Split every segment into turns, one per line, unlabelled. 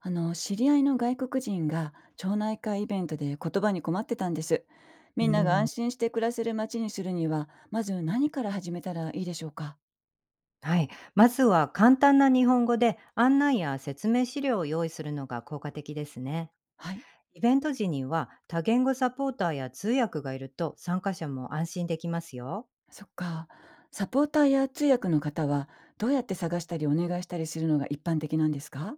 知り合いの外国人が町内会イベントで言葉に困ってたんです。
う
みんなが安
ん、
心して暮らせる街にするには、まず何から始めたらいいでしょうか？
はい。まずは簡単な日本語で案内や説明資料を用意するのが効果的ですね。
はい、
イベント時には多言語サポーターや通訳がいると参加者も安心できますよ。
そっか。サポーターや通訳の方は、どうやって探したりお願いしたりするのが一般的なんですか？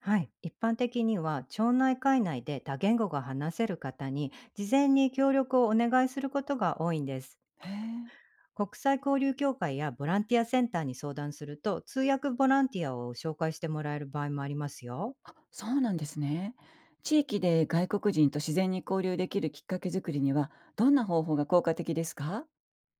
はい。一般的には町内会内で多言語が話せる方に事前に協力をお願いすることが多いんです。
へえ、
国際交流協会やボランティアセンターに相談すると通訳ボランティアを紹介してもらえる場合もありますよ。
そうなんですね。地域で外国人と自然に交流できるきっかけ作りには、どんな方法が効果的ですか？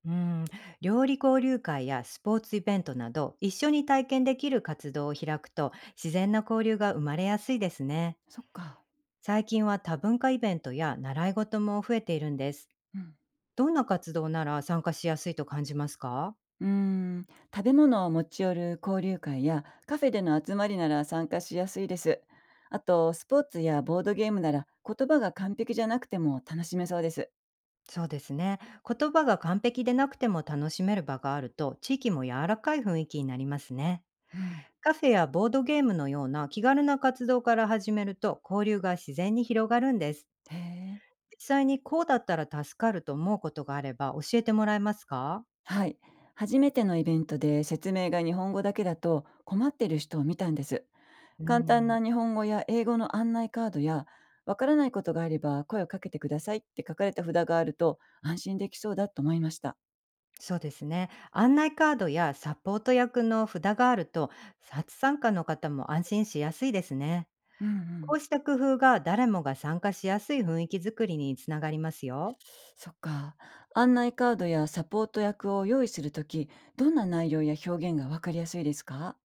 うーん、料理交流会やスポーツイベントなど一緒に体験できる活動を開くと自然な交流が生まれやすいですね。
そっか。
最近は多文化イベントや習い事も増えているんです。
うん。
どんな活動なら参加しやすいと感じますか？
うーん、食べ物を持ち寄る交流会やカフェでの集まりなら参加しやすいです。あと、スポーツやボードゲームなら言葉が完璧じゃなくても楽しめそうです。
そうですね。言葉が完璧でなくても楽しめる場があると地域も柔らかい雰囲気になりますね。
うん、
カフェやボードゲームのような気軽な活動から始めると交流が自然に広がるんです。
へえ。
実際にこうだったら助かると思うことがあれば教えてもらえますか？
はい。初めてのイベントで説明が日本語だけだと困ってる人を見たんです。
う
簡単
ん、
な日本語や英語の案内カードや、わからないことがあれば声をかけてくださいって書かれた札があると安心できそうだと思いました。
そうですね。案内カードやサポート役の札があると、初参加の方も安心しやすいですね。
うんう
こ
ん。
うした工夫が誰もが参加しやすい雰囲気づくりにつながりますよ。
そっか。案内カードやサポート役を用意するとき、どんな内容や表現がわかりやすいですか？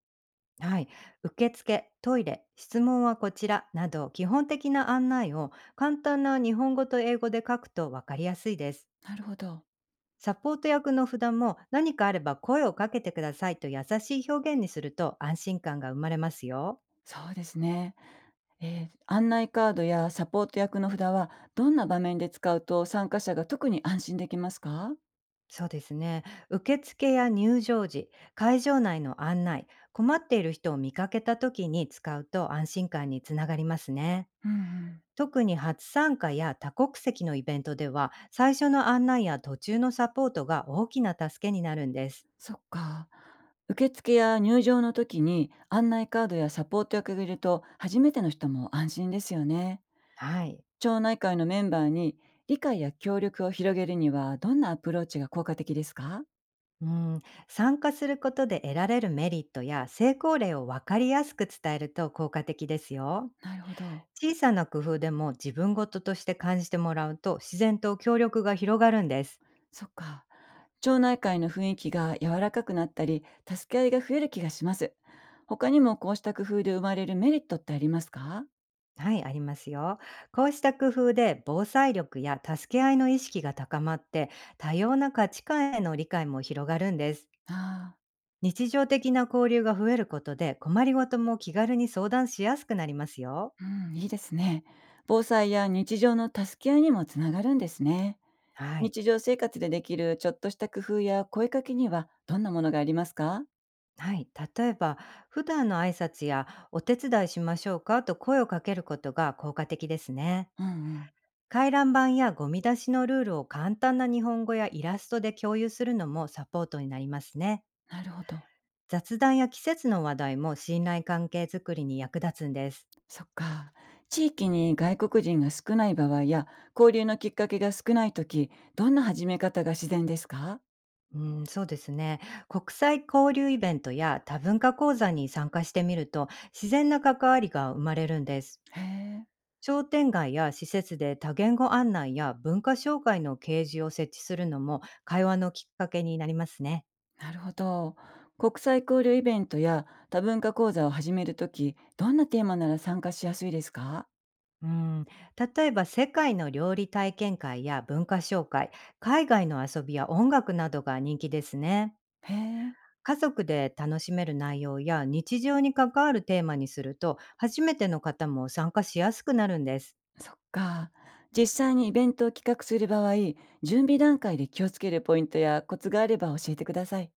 はい。受付、トイレ、質問はこちらなど基本的な案内を簡単な日本語と英語で書くと分かりやすいです。
なるほど。
サポート役の札も何かあれば声をかけてくださいと優しい表現にすると安心感が生まれますよ。
そうですね、案内カードやサポート役の札は、どんな場面で使うと参加者が特に安心できますか？
そうですね。受付や入場時、会場内の案内、困っている人を見かけた時に使うと安心感につながりますね。
うんうん。
特に初参加や多国籍のイベントでは、最初の案内や途中のサポートが大きな助けになるんです。
そっか。受付や入場の時に案内カードやサポート役がいると初めての人も安心ですよね。
はい。
町内会のメンバーに理解や協力を広げるにはどんなアプローチが効果的ですか？
うん、参加することで得られるメリットや成功例を分かりやすく伝えると効果的ですよ。
なるほど。
小さな工夫でも自分事として感じてもらうと自然と協力が広がるんです。
そっか。町内会の雰囲気が柔らかくなったり、助け合いが増える気がします。他にもこうした工夫で生まれるメリットってありますか？
はい、ありますよ。こうした工夫で防災力や助け合いの意識が高まって多様な価値観への理解も広がるんです。
ああ、
日常的な交流が増えることで困りごとも気軽に相談しやすくなりますよ。
うん、いいですね。防災や日常の助け合いにもつながるんですね。
はい。
日常生活でできるちょっとした工夫や声かけにはどんなものがありますか？
はい、例えば普段の挨拶や「お手伝いしましょうか?」と声をかけることが効果的ですね。
うんうん、
回覧板やゴミ出しのルールを簡単な日本語やイラストで共有するのもサポートになりますね。
なるほど。
雑談や季節の話題も信頼関係づくりに役立つんです。
そっか。地域に外国人が少ない場合や交流のきっかけが少ない時、どんな始め方が自然ですか？
うん、そうですね。国際交流イベントや多文化講座に参加してみると自然な関わりが生まれるんです。
へえ、
商店街や施設で多言語案内や文化紹介の掲示を設置するのも会話のきっかけになりますね。
なるほど。国際交流イベントや多文化講座を始めるとき、どんなテーマなら参加しやすいですか？
うん、例えば世界の料理体験会や文化紹介、海外の遊びや音楽などが人気ですね。
へえ、
家族で楽しめる内容や日常に関わるテーマにすると初めての方も参加しやすくなるんです。
そっか。実際にイベントを企画する場合、準備段階で気をつけるポイントやコツがあれば教えてください。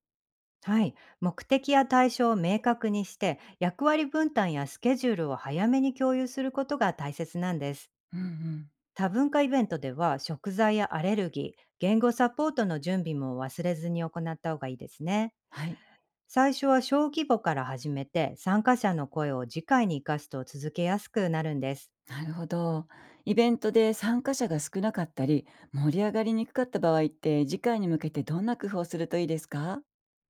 はい、目的や対象を明確にして役割分担やスケジュールを早めに共有することが大切なんです。
うんうん。
多文化イベントでは食材やアレルギー、言語サポートの準備も忘れずに行った方がいいですね。
はい。
最初は小規模から始めて参加者の声を次回に生かすと続けやすくなるんです。
なるほど。イベントで参加者が少なかったり、盛り上がりにくかった場合って、次回に向けてどんな工夫をするといいですか？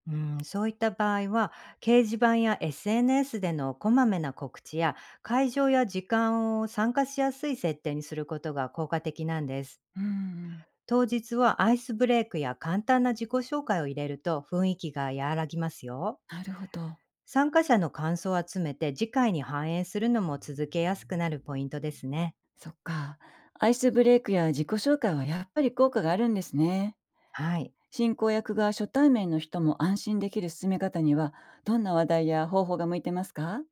うん、そういった場合は掲示板や SNS でのこまめな告知や会場や時間を参加しやすい設定にすることが効果的なんです。
うんうん。
当日はアイスブレイクや簡単な自己紹介を入れると雰囲気が和らぎますよ。
なるほど。
参加者の感想を集めて、次回に反映するのも続けやすくなるポイントですね。
そっか。アイスブレイクや自己紹介はやっぱり効果があるんですね。
はい。
進行役が初対面の人も安心できる進め方には、どんな話題や方法が向いてますか？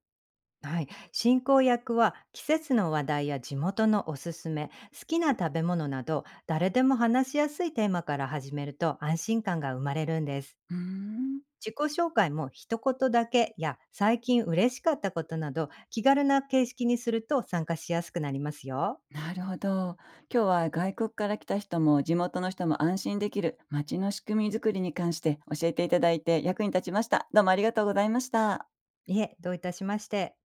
はい。進行役は季節の話題や地元のおすすめ、好きな食べ物など、誰でも話しやすいテーマから始めると安心感が生まれるんです。
うーん、
自己紹介も一言だけや最近嬉しかったことなど気軽な形式にすると参加しやすくなりますよ。
なるほど。今日は外国から来た人も地元の人も安心できる街の仕組みづくりに関して教えていただいて役に立ちました。どうもありがとうございました。
いえ、どういたしまして。